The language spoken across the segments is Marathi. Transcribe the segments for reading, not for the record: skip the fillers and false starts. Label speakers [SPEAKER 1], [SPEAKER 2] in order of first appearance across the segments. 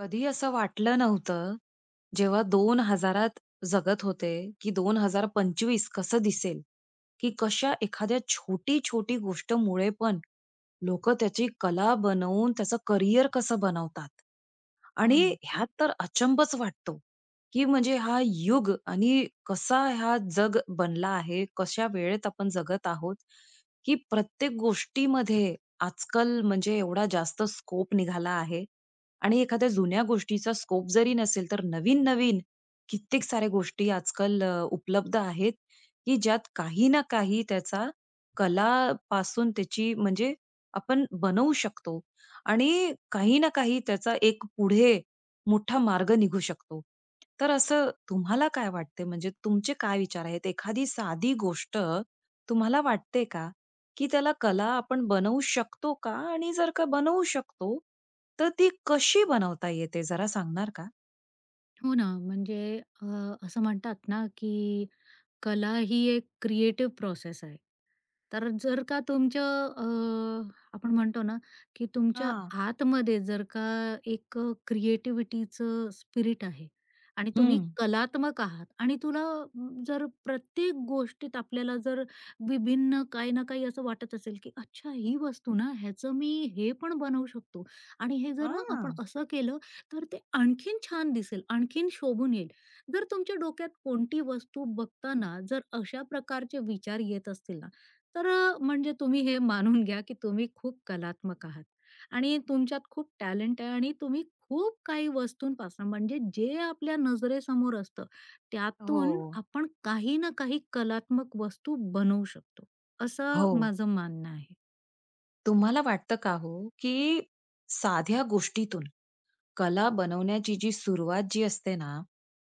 [SPEAKER 1] कधी असं वाटलं नव्हतं, जेव्हा 2000 त जगत होते, की 2025 कसं दिसेल, की कशा एखाद्या छोटी-छोटी गोष्टमुळे पण लोक त्याची कला बनवून त्याचं करियर कसं बनवतात.
[SPEAKER 2] हो
[SPEAKER 1] आणि
[SPEAKER 2] ना.
[SPEAKER 1] ह्यात तर अचंबच वाटतो, की म्हणजे हा युग आणि कसा हा जग बनला आहे, कशा वेळेत आपण जगत आहोत, की प्रत्येक गोष्टीमध्ये आजकाल म्हणजे एवढा जास्त स्कोप निघाला आहे, आणि एखाद्या जुन्या गोष्टीचा स्कोप जरी नसेल, तर नवीन-नवीन कित्येक साऱ्या गोष्टी आजकाल उपलब्ध आहेत, की ज्यात काही ना काही त्याचा कलापासून त्याची म्हणजे आपण बनवू शकतो आणि काही ना काही त्याचा एक पुढे मोठा मार्ग निघू शकतो. तर असं तुम्हाला काय वाटते म्हणजे तुमचे काय विचार आहेत? एखादी साधी गोष्ट तुम्हाला वाटते का, की त्याला कला आपण बनवू शकतो का? आणि जर का बनवू शकतो, तर ती कशी बनवता येते जरा सांगणार का?
[SPEAKER 2] हो ना. म्हणजे अ, असं म्हणतात ना, की कला ही एक क्रिएटिव्ह प्रोसेस आहे. तर जर का तुमचं आपण म्हणतो ना, की तुमच्या
[SPEAKER 1] हां.
[SPEAKER 2] आतमध्ये जर का एक क्रिएटिव्हिटीचं स्पिरिट आहे आणि तुम्ही
[SPEAKER 1] हं.
[SPEAKER 2] कलात्मक आहात आणि जर प्रत्येक गोष्टीत आपल्याला जर विभिन्न काही ना काही असं वाटत असेल, की अच्छा ही वस्तू ना, ह्याचं मी हे पण बनवू शकतो आणि हे जर ना आपण
[SPEAKER 1] हां.
[SPEAKER 2] असं केलं तर ते आणखीन छान दिसेल, आणखीन शोभून येईल. जर तुमच्या डोक्यात कोणती वस्तू बघताना जर अशा प्रकारचे विचार येत असतील ना, तर म्हणजे तुम्ही हे मानून घ्या, की तुम्ही खूप कलात्मक आहात आणि तुमच्यात खूप टॅलेंट आहे आणि तुम्ही खूप काही वस्तूंपासून म्हणजे जे आपल्या नजरेसमोर असतं,
[SPEAKER 1] हो.
[SPEAKER 2] त्यातून आपण काही ना काही कलात्मक वस्तू बनवू शकतो, असं
[SPEAKER 1] हो.
[SPEAKER 2] माझं मानणं आहे.
[SPEAKER 1] तुम्हाला वाटतं का हो, की साध्या गोष्टीतून कला बनवण्याची जी सुरुवात असते ना,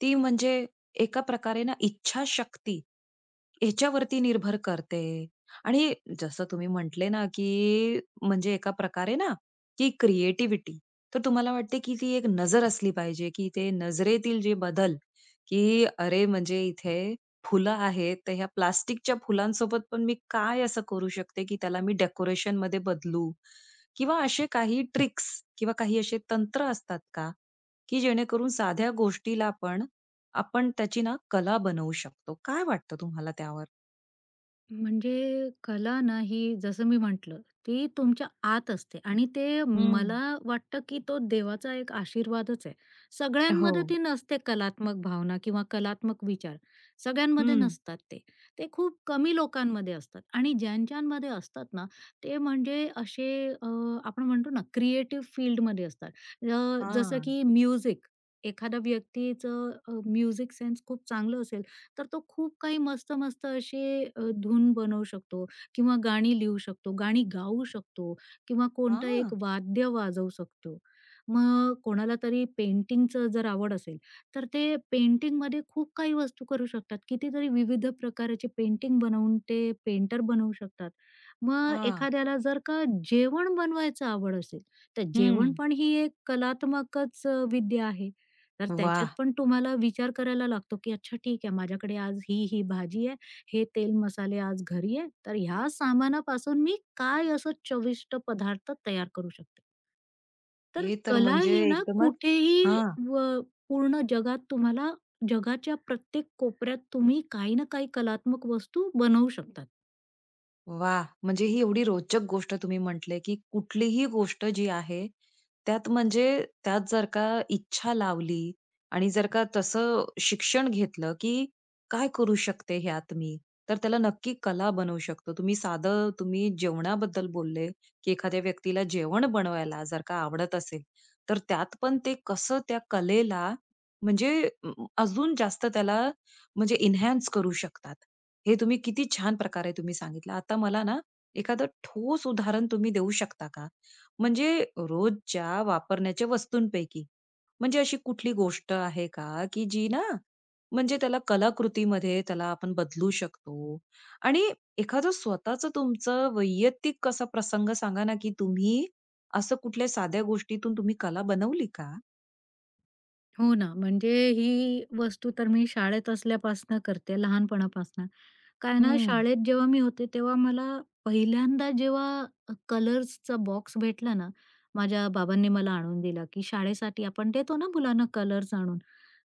[SPEAKER 1] ती म्हणजे एका प्रकारे ना इच्छाशक्ती ह्याच्यावरती निर्भर करते आणि जसं तुम्ही म्हटले ना, की म्हणजे एका प्रकारे ना, की क्रिएटिव्हिटी तर तुम्हाला वाटते, की ती एक नजर असली पाहिजे, की ते नजरेतील जे बदल, की अरे म्हणजे इथे फुलं आहेत, तर ह्या प्लास्टिकच्या फुलांसोबत पण मी काय असं करू शकते, की त्याला मी डेकोरेशनमध्ये बदलू? किंवा असे काही ट्रिक्स किंवा काही असे तंत्र असतात का, की जेणेकरून साध्या गोष्टीला पण आपण त्याची ना कला बनवू शकतो? काय वाटतं तुम्हाला त्यावर?
[SPEAKER 2] म्हणजे कला ना ही जसं मी म्हटलं, ती तुमच्या आत असते आणि ते
[SPEAKER 1] हं.
[SPEAKER 2] मला वाटतं, की तो देवाचा एक आशीर्वादच आहे.
[SPEAKER 1] हो.
[SPEAKER 2] सगळ्यांमध्ये ती नसते कलात्मक भावना किंवा कलात्मक विचार. सगळ्यांमध्ये
[SPEAKER 1] हं.
[SPEAKER 2] नसतात ते. ते खूप कमी लोकांमध्ये असतात आणि ज्यांच्यामध्ये असतात ना, ते म्हणजे असे आपण म्हणतो ना क्रिएटिव्ह फील्डमध्ये असतात. जसं
[SPEAKER 1] हा,
[SPEAKER 2] की म्युझिक. एखाद्या व्यक्तीचं म्युझिक सेन्स खूप चांगलं असेल तर तो खूप काही मस्त-मस्त असे धून बनवू शकतो किंवा गाणी लिहू शकतो, गाणी गाऊ शकतो किंवा कोणतं
[SPEAKER 1] हा,
[SPEAKER 2] एक वाद्य वाजवू शकतो. मग कोणाला तरी पेंटिंगचं जर आवड असेल, तर ते पेंटिंगमध्ये खूप काही वस्तू करू शकतात. कितीतरी विविध प्रकाराचे पेंटिंग बनवून ते पेंटर बनवू शकतात. मग
[SPEAKER 1] हा,
[SPEAKER 2] एखाद्याला जर का जेवण बनवायचं आवड असेल, तर जेवण
[SPEAKER 1] हं.
[SPEAKER 2] पण ही एक कलात्मकच विद्या आहे. तर त्याच्यात
[SPEAKER 1] वाह!
[SPEAKER 2] पण तुम्हाला विचार करायला लागतो, की अच्छा ठीक आहे माझ्याकडे आज ही भाजी आहे, हे तेल मसाले आज घरी आहे, तर ह्या सामानापासून मी काय असं चविष्ट पदार्थ तयार करू शकते. तर
[SPEAKER 1] हे तर
[SPEAKER 2] कला
[SPEAKER 1] म्हणजे
[SPEAKER 2] ही ना
[SPEAKER 1] एकदमच
[SPEAKER 2] कुठेही
[SPEAKER 1] हां.
[SPEAKER 2] व पूर्ण जगात तुम्हाला जगाच्या प्रत्येक कोपऱ्यात तुम्ही काही ना काही कलात्मक वस्तू बनवू शकतात.
[SPEAKER 1] वा, म्हणजे ही एवढी रोचक गोष्ट तुम्ही म्हटले, की कुठलीही गोष्ट जी आहे, त्यात म्हणजे त्यात जर का इच्छा लावली आणि जर का तसं शिक्षण घेतलं, की काय करू शकते ह्यात मी, तर त्याला नक्की कला बनवू शकतो. तुम्ही साधं जेवणाबद्दल बोलले, की एखाद्या व्यक्तीला जेवण बनवायला जर का आवडत असेल, तर त्यात पण ते कसं त्या कलेला म्हणजे अ, अजून जास्त त्याला म्हणजे एन्हान्स करू शकतात. हे तुम्ही किती छान प्रकारे सांगितलं. आता मला ना एखादं ठोस उदाहरण तुम्ही देऊ शकता का? म्हणजे रोजच्या वापरण्याच्या वस्तूंपैकी, म्हणजे अशी कुठली गोष्ट आहे का, की जी ना म्हणजे त्याला कलाकृतीमध्ये आपण बदलू शकतो? आणि एखादं स्वतःचं तुमचं वैयक्तिक असा प्रसंग सांगा ना, की तुम्ही असं कुठल्या साध्या गोष्टीतून तुम्ही कला बनवली का?
[SPEAKER 2] हो ना, म्हणजे ही वस्तू तर मी शाळेत असल्यापासनं करते, लहानपणापासनं. काय ना,
[SPEAKER 1] हं.
[SPEAKER 2] शाळेत जेव्हा मी होते, तेव्हा मला पहिल्यांदा जेव्हा कलर्सचा बॉक्स भेटला ना, माझ्या बाबांनी मला आणून दिला, की शाळेसाठी आपण देतो ना मुलांना कलर्स आणून.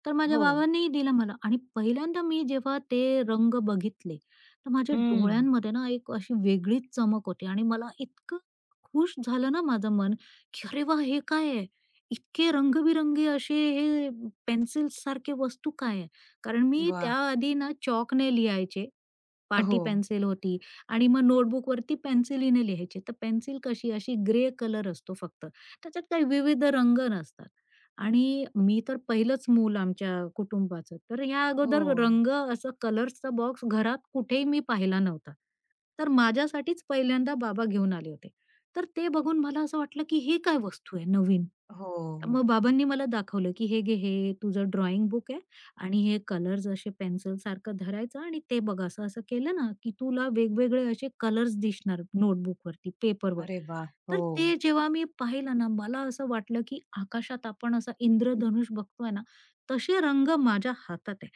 [SPEAKER 2] तर माझ्या
[SPEAKER 1] हो.
[SPEAKER 2] बाबांनीही दिला मला आणि पहिल्यांदा मी जेव्हा ते रंग बघितले, तर माझ्या
[SPEAKER 1] हं.
[SPEAKER 2] डोळ्यांमध्ये ना एक अशी वेगळीच चमक होती आणि मला इतकं खुश झालं ना माझं मन, की "अरे वाह! हे काय आहे? इतके रंगबिरंगी असे हे पेन्सिल्ससारखे वस्तू काय आहे?" कारण मी
[SPEAKER 1] वाह!
[SPEAKER 2] त्याआधी ना चॉकने लिहायचे. पाटी
[SPEAKER 1] हो.
[SPEAKER 2] पेन्सिल होती आणि मग नोटबुकवरती पेन्सिलीने लिहायचे. तर पेन्सिल कशी अशी ग्रे कलर असतो फक्त. त्याच्यात काही विविध रंग नसतात. आणि मी तर पहिलंच मूल आमच्या कुटुंबाचं. तर या
[SPEAKER 1] हो.
[SPEAKER 2] अगोदर रंग असं कलर्सचा बॉक्स घरात कुठेही मी पाहिला नव्हता. तर माझ्यासाठीच पहिल्यांदा बाबा घेऊन आले होते. तर ते बघून मला असं वाटलं, की हे काय वस्तू आहे नवीन?
[SPEAKER 1] हो.
[SPEAKER 2] तर मग बाबांनी मला दाखवलं, की "हे घे, हे तुझं ड्रॉइंग बुक आहे. आणि हे कलर्स असे पेन्सिलसारखं धरायचं आणि ते बघ असं असं केलं ना, की तुला वेगवेगळे असे कलर्स दिसणार नोटबुकवरती, पेपरवर.
[SPEAKER 1] अरे वा, हो.
[SPEAKER 2] तर ते जेव्हा मी पाहिलं ना, मला असं वाटलं, की आकाशात आपण असं इंद्रधनुष बघतोय ना, तसे रंग माझ्या हातात आहे.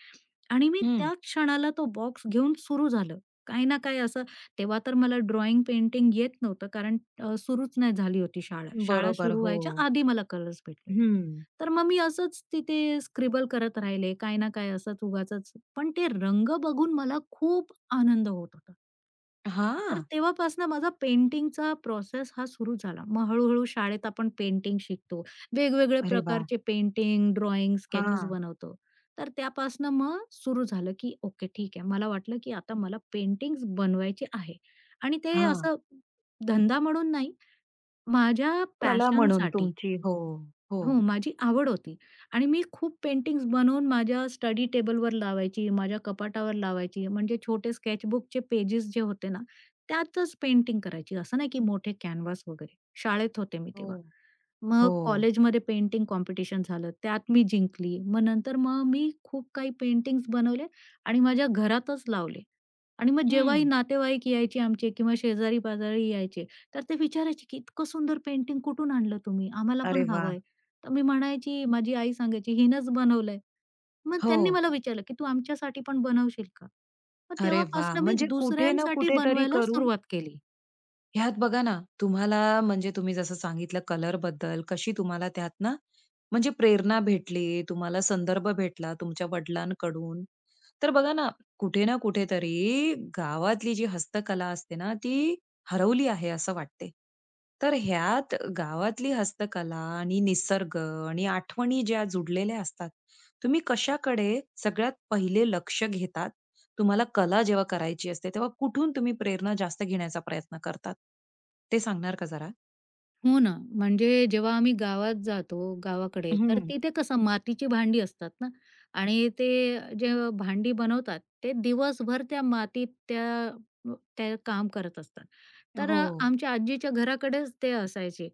[SPEAKER 2] आणि मी
[SPEAKER 1] हं.
[SPEAKER 2] त्याच क्षणाला तो बॉक्स घेऊन सुरू झालं. काही ना काही असं तेव्हा तर मला ड्रॉइंग, पेंटिंग येत नव्हतं कारण सुरूच नाही झाली होती शाळा. शाळा
[SPEAKER 1] बरोबर,
[SPEAKER 2] सुरू
[SPEAKER 1] हो.
[SPEAKER 2] व्हायच्या आधी मला कलर्स भेटले होते.
[SPEAKER 1] हं.
[SPEAKER 2] तर मग मी असंच तिथे स्क्रिबल करत राहिले, काही ना काही असंच उगाचच. पण ते रंग बघून मला खूप आनंद होत होता. तर
[SPEAKER 1] हां.
[SPEAKER 2] तेव्हापासनं माझा पेंटिंगचा प्रोसेस हा सुरू झाला. मग हळू-हळू शाळेत आपण पेंटिंग शिकतो. वेगवेगळे
[SPEAKER 1] अरे वा,
[SPEAKER 2] प्रकारचे पेंटिंग, ड्रॉइंग, स्केचेस
[SPEAKER 1] हां,
[SPEAKER 2] बनवतो. तर त्यापासनं मग सुरू झालं, की ओके ठीक आहे. मला वाटलं, की आता मला पेंटिंग्स बनवायचे आहे आणि ते
[SPEAKER 1] हां.
[SPEAKER 2] असं धंदा म्हणून नाही, माझ्या
[SPEAKER 1] कला म्हणून
[SPEAKER 2] पॅशनसाठी.
[SPEAKER 1] तुमची हो, हो,
[SPEAKER 2] हो, माझी आवड होती आणि मी खूप पेंटिंग्स बनवून माझ्या स्टडी टेबलवर लावायची, माझ्या कपाटावर लावायची. म्हणजे छोटे स्केचबुकचे पेजेस जे होते ना, त्यातच पेंटिंग करायची. असं नाही की मोठे कॅनव्हास वगैरे. शाळेत होते मी
[SPEAKER 1] हो,
[SPEAKER 2] तेव्हा. मग
[SPEAKER 1] हो.
[SPEAKER 2] कॉलेजमध्ये पेंटिंग कॉम्पिटिशन झालं, त्यात मी जिंकली. मग नंतर मग मी खूप काही पेंटिंग्स बनवले आणि माझ्या घरातच लावले. आणि मग जेव्हाही
[SPEAKER 1] हं.
[SPEAKER 2] नातेवाईक यायचे आमचे किंवा शेजारी-पाजारी यायचे, तर ते विचारायचे की "इतकं सुंदर पेंटिंग कुठून आणलं तुम्ही? आम्हाला
[SPEAKER 1] अरे
[SPEAKER 2] पण
[SPEAKER 1] वा,
[SPEAKER 2] हवं आहे." तर मी म्हणायची, माझी आई सांगायची, "हिनंच बनवलंय." मग
[SPEAKER 1] हो.
[SPEAKER 2] त्यांनी मला विचारलं की "तू आमच्यासाठी पण बनवशील का?" मग
[SPEAKER 1] अरे वा,
[SPEAKER 2] तेव्हापासून मी
[SPEAKER 1] म्हणजे कुठे ना
[SPEAKER 2] दुसऱ्यांसाठी
[SPEAKER 1] कुठेतरी
[SPEAKER 2] बनवायला
[SPEAKER 1] करून
[SPEAKER 2] सुरुवात केली.
[SPEAKER 1] ह्यात बघा ना, तुम्हाला म्हणजे तुम्ही जसं सांगितलं कलरबद्दल कशी तुम्हाला त्यात ना, म्हणजे प्रेरणा भेटली, तुम्हाला संदर्भ भेटला तुमच्या वडिलांकडून. तर बघा ना, कुठे ना कुठेतरी गावातली जी हस्तकला असते ना, ती हरवली आहे असं वाटते. तर ह्यात गावातली हस्तकला आणि निसर्ग आणि आठवणी ज्या जुडलेल्या असतात, तुम्ही कशाकडे सगळ्यात पहिले लक्ष घेतात? तुम्हाला कला जेव्हा करायची असते, तेव्हा कुठून तुम्ही प्रेरणा जास्त घेण्याचा प्रयत्न करतात? ते सांगणार का जरा?
[SPEAKER 2] हो ना, म्हणजे जेव्हा आम्ही गावात जातो, गावाकडे, तर
[SPEAKER 1] हं.
[SPEAKER 2] तिथे कसं मातीची भांडी असतात ना आणि ते जे भांडी बनवतात, ते दिवसभर त्या मातीत त्या काम करत असतात. तर
[SPEAKER 1] हो.
[SPEAKER 2] आमच्या आजीच्या घराकडेच ते असायचे.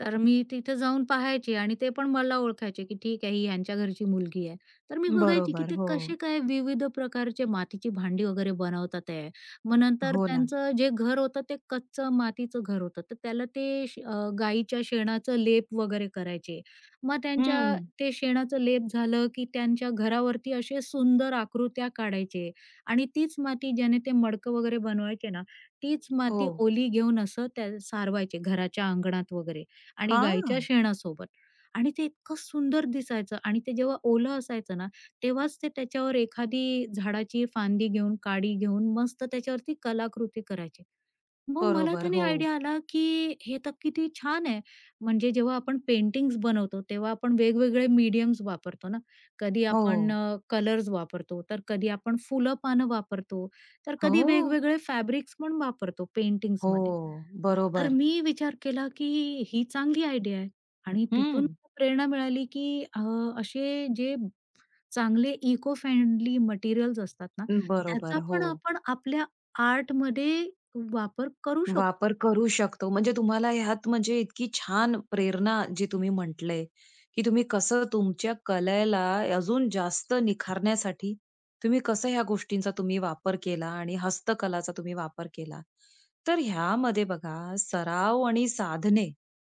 [SPEAKER 2] तर मी तिथे जाऊन पाहायची आणि ते पण मला ओळखायचे, की ठीक आहे, ही ह्यांच्या घरची मुलगी आहे. तर मी बघायची, की
[SPEAKER 1] बरोबर.
[SPEAKER 2] ते
[SPEAKER 1] हो.
[SPEAKER 2] कसे काय विविध प्रकारचे मातीची भांडी वगैरे बनवतात आहे मग नंतर
[SPEAKER 1] हो ना.
[SPEAKER 2] त्यांचं जे घर होतं ते कच्चं मातीचं घर होतं. तर त्याला ते गाईच्या शेणाचं लेप वगैरे करायचे. मग त्यांच्या
[SPEAKER 1] हं.
[SPEAKER 2] ते शेणाचं लेप झालं, की त्यांच्या घरावरती असे सुंदर आकृत्या काढायचे आणि तीच माती ज्याने ते मडकं वगैरे बनवायचे ना, तीच
[SPEAKER 1] हो.
[SPEAKER 2] माती ओली घेऊन असं त्या सारवायचे घराच्या अंगणात वगैरे आणि गाईच्या
[SPEAKER 1] हां.
[SPEAKER 2] शेणासोबत आणि ते इतकं सुंदर दिसायचं आणि ते जेव्हा ओलं असायचं ना तेव्हाच ते त्याच्यावर एखादी झाडाची फांदी घेऊन, काडी घेऊन मस्त त्याच्यावरती कलाकृती करायची. मग मला
[SPEAKER 1] बरोबर.
[SPEAKER 2] त्याने
[SPEAKER 1] हो.
[SPEAKER 2] आयडिया आला, की हे तर किती छान आहे. म्हणजे जेव्हा आपण पेंटिंग्स बनवतो, तेव्हा आपण वेगवेगळे मीडियम्स वापरतो ना. कधी
[SPEAKER 1] हो.
[SPEAKER 2] आपण कलर्स वापरतो, तर कधी आपण फुलं-पानं वापरतो, तर कधी
[SPEAKER 1] हो.
[SPEAKER 2] वेगवेगळे फॅब्रिक्स पण वापरतो
[SPEAKER 1] हो.
[SPEAKER 2] पेंटिंग्समध्ये. तर
[SPEAKER 1] बरोबर.
[SPEAKER 2] मी विचार केला, की ही चांगली आयडिया आहे आणि तिथून
[SPEAKER 1] हं.
[SPEAKER 2] प्रेरणा मिळाली, की असे जे चांगले इको फ्रेंडली मटेरियल्स असतात ना,
[SPEAKER 1] बरोबर.
[SPEAKER 2] त्याचा
[SPEAKER 1] हो.
[SPEAKER 2] पण आपण आपल्या आर्टमध्ये वापर करू शकतो.
[SPEAKER 1] वापर करू शकतो. म्हणजे तुम्हाला ह्यात म्हणजे इतकी छान प्रेरणा जी तुम्ही म्हटलंय, की तुम्ही कसं तुमच्या कलेला अजून जास्त निखारण्यासाठी तुम्ही कसं ह्या गोष्टींचा वापर केला आणि हस्तकलाचा तुम्ही वापर केला. तर ह्यामध्ये बघा सराव आणि साधने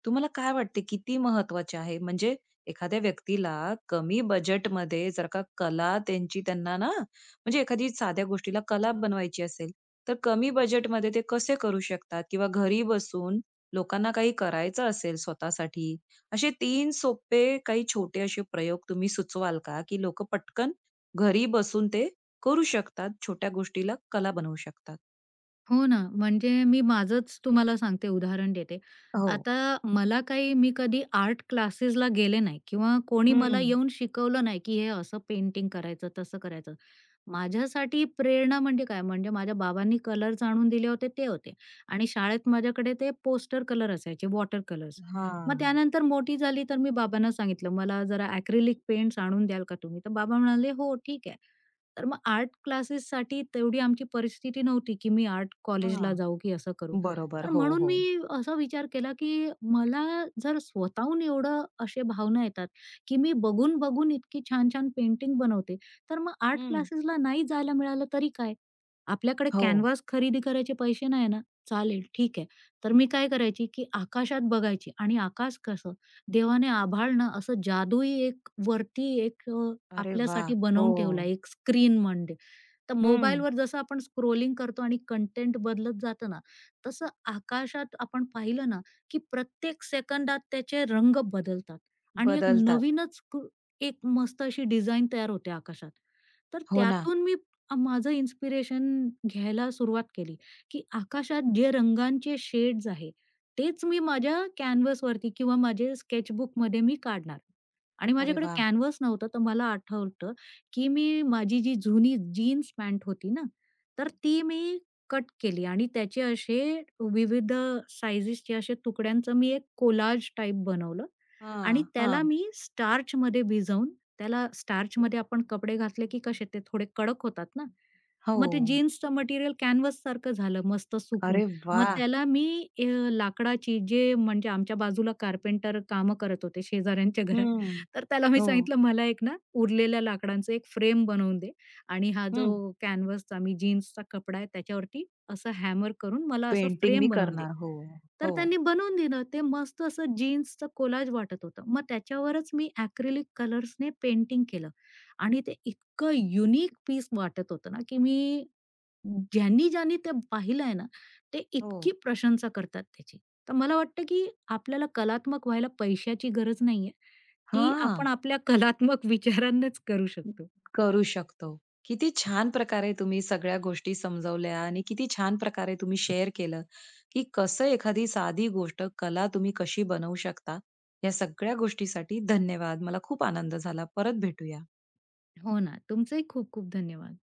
[SPEAKER 1] तुम्हाला काय वाटते किती महत्वाचे आहे? म्हणजे एखाद्या व्यक्तीला कमी बजेटमध्ये जर का कला त्यांना ना म्हणजे एखादी साध्या गोष्टीला कला बनवायची असेल, तर कमी बजेटमध्ये ते कसे करू शकतात? किंवा घरी बसून लोकांना काही करायचं असेल स्वतःसाठी, असे 3 सोपे काही छोटे असे प्रयोग तुम्ही सुचवाल का? की लोकं पटकन घरी बसून ते करू शकतात, छोट्या गोष्टीला कला बनवू शकतात?
[SPEAKER 2] हो ना, म्हणजे मी माझंच तुम्हाला सांगते, उदाहरण देते.
[SPEAKER 1] हो.
[SPEAKER 2] आता मला काही मी कधी आर्ट क्लासेसला गेले नाही किंवा कोणी मला
[SPEAKER 1] हं.
[SPEAKER 2] येऊन शिकवलं नाही, की हे असं पेंटिंग करायचं, तसं करायचं. माझ्यासाठी प्रेरणा म्हणजे काय, म्हणजे माझ्या बाबांनी कलर्स आणून दिले होते ते होते आणि शाळेत माझ्याकडे ते पोस्टर कलर असायचे, वॉटर कलर्स. मग
[SPEAKER 1] हां,
[SPEAKER 2] त्यानंतर मोठी झाली तर मी बाबांना सांगितलं, "मला जरा ॲक्रिलिक पेंट्स आणून द्याल का तुम्ही?" तर बाबा म्हणाले, "हो, ठीक आहे." तर मग आर्ट क्लासेससाठी तेवढी आमची परिस्थिती नव्हती, की मी आर्ट
[SPEAKER 1] हां.
[SPEAKER 2] कॉलेजला जाऊ की असं करू.
[SPEAKER 1] बरोबर.
[SPEAKER 2] तर
[SPEAKER 1] हो,
[SPEAKER 2] म्हणून
[SPEAKER 1] हो.
[SPEAKER 2] मी असा विचार केला, की मला जर स्वतःहून एवढं अशा भावना येतात, की मी बघून-बघून इतकी छान-छान पेंटिंग बनवते, तर मग आर्ट
[SPEAKER 1] हं.
[SPEAKER 2] क्लासेसला नाही जायला मिळालं तरी काय? आपल्याकडे
[SPEAKER 1] हो.
[SPEAKER 2] कॅनव्हास खरेदी करायचे पैसे नाही ना? चालेल ठीक आहे. तर मी काय करायची, की आकाशात बघायची आणि आकाश कसं देवाने आभाळ ना असं जादुई एक वरती एक
[SPEAKER 1] अरे वा,
[SPEAKER 2] आपल्यासाठी
[SPEAKER 1] हो.
[SPEAKER 2] बनवून ठेवला एक स्क्रीन म्हणजे. तर
[SPEAKER 1] हं.
[SPEAKER 2] मोबाईलवर जसं आपण स्क्रोलिंग करतो आणि कंटेंट बदलत जातं ना, तसं आकाशात आपण पाहिलं ना, की प्रत्येक सेकंदात त्याचे रंग बदलतात आणि एक
[SPEAKER 1] बदलतात.
[SPEAKER 2] नवीनच क एक मस्त अशी डिझाइन तयार होते आकाशात. तर
[SPEAKER 1] हो ना.
[SPEAKER 2] त्यातून मी माझं इन्स्पिरेशन घ्यायला सुरुवात केली, की आकाशात जे रंगांचे शेड्स आहे, तेच मी माझ्या कॅनव्हासवरती किंवा माझे स्केचबुकमध्ये मी काढणार आणि
[SPEAKER 1] अरे
[SPEAKER 2] माझ्याकडे
[SPEAKER 1] वा,
[SPEAKER 2] कॅनव्हास नव्हतं, तर मला आठवतं की मी माझी जी जुनी जीन्स पॅन्ट होती ना, तर ती मी कट केली आणि त्याचे असे विविध साइजेसचे असे तुकड्यांचं मी एक कोलाज टाइप बनवलं आणि
[SPEAKER 1] हां,
[SPEAKER 2] त्याला
[SPEAKER 1] हां.
[SPEAKER 2] मी स्टार्चमध्ये भिजवून त्याला स्टार्चमध्ये आपण कपडे घातले की कसे ते थोडे कडक होतात ना,
[SPEAKER 1] हो.
[SPEAKER 2] मग ते जीन्सचं मटेरियल कॅनव्हाससारखं झालं मस्त सुकून.
[SPEAKER 1] अरे वा,
[SPEAKER 2] मग त्याला मी अ, लाकडाची जे म्हणजे आमच्या बाजूला कारपेंटर कामं करत होते शेजाऱ्यांच्या घरात.
[SPEAKER 1] हं.
[SPEAKER 2] तर त्याला मी
[SPEAKER 1] हो.
[SPEAKER 2] सांगितलं, "मला एक ना उरलेल्या लाकडांचं एक फ्रेम बनवून दे आणि हा
[SPEAKER 1] हं.
[SPEAKER 2] जो कॅनव्हासचा मी जीन्सचा कपडा आहे त्याच्यावरती असं हॅमर करून मला असं
[SPEAKER 1] पेंटिंग मी
[SPEAKER 2] फ्रेम बनवून दे."
[SPEAKER 1] करणार. हो,
[SPEAKER 2] तर
[SPEAKER 1] हो,
[SPEAKER 2] त्यांनी बनवून दिलं. ते मस्त असं जीन्सचं कोलाज वाटत होतं. मग त्याच्यावरच मी ॲक्रिलिक कलर्सने पेंटिंग केलं आणि ते इतकं युनिक पीस वाटत होतं ना, की मी ज्यांनी ज्यांनी ते पाहिलं आहे ना, ते
[SPEAKER 1] हो.
[SPEAKER 2] इतकी प्रशंसा करतात त्याची. तर मला वाटतं, की आपल्याला कलात्मक व्हायला पैशाची गरज नाहीये. ती
[SPEAKER 1] हां.
[SPEAKER 2] आपण आपल्या कलात्मक विचारांनीच करू शकतो.
[SPEAKER 1] करू शकतो. किती छान प्रकारे तुम्ही सगळ्या गोष्टी समजावल्या आणि किती छान प्रकारे तुम्ही शेअर केलं, की कसं एखादी साधी गोष्ट कला तुम्ही कशी बनवू शकता. या सगळ्या गोष्टीसाठी धन्यवाद. मला खूप आनंद झाला. परत भेटूया.
[SPEAKER 2] हो ना. तुमचंही खूप खूप धन्यवाद.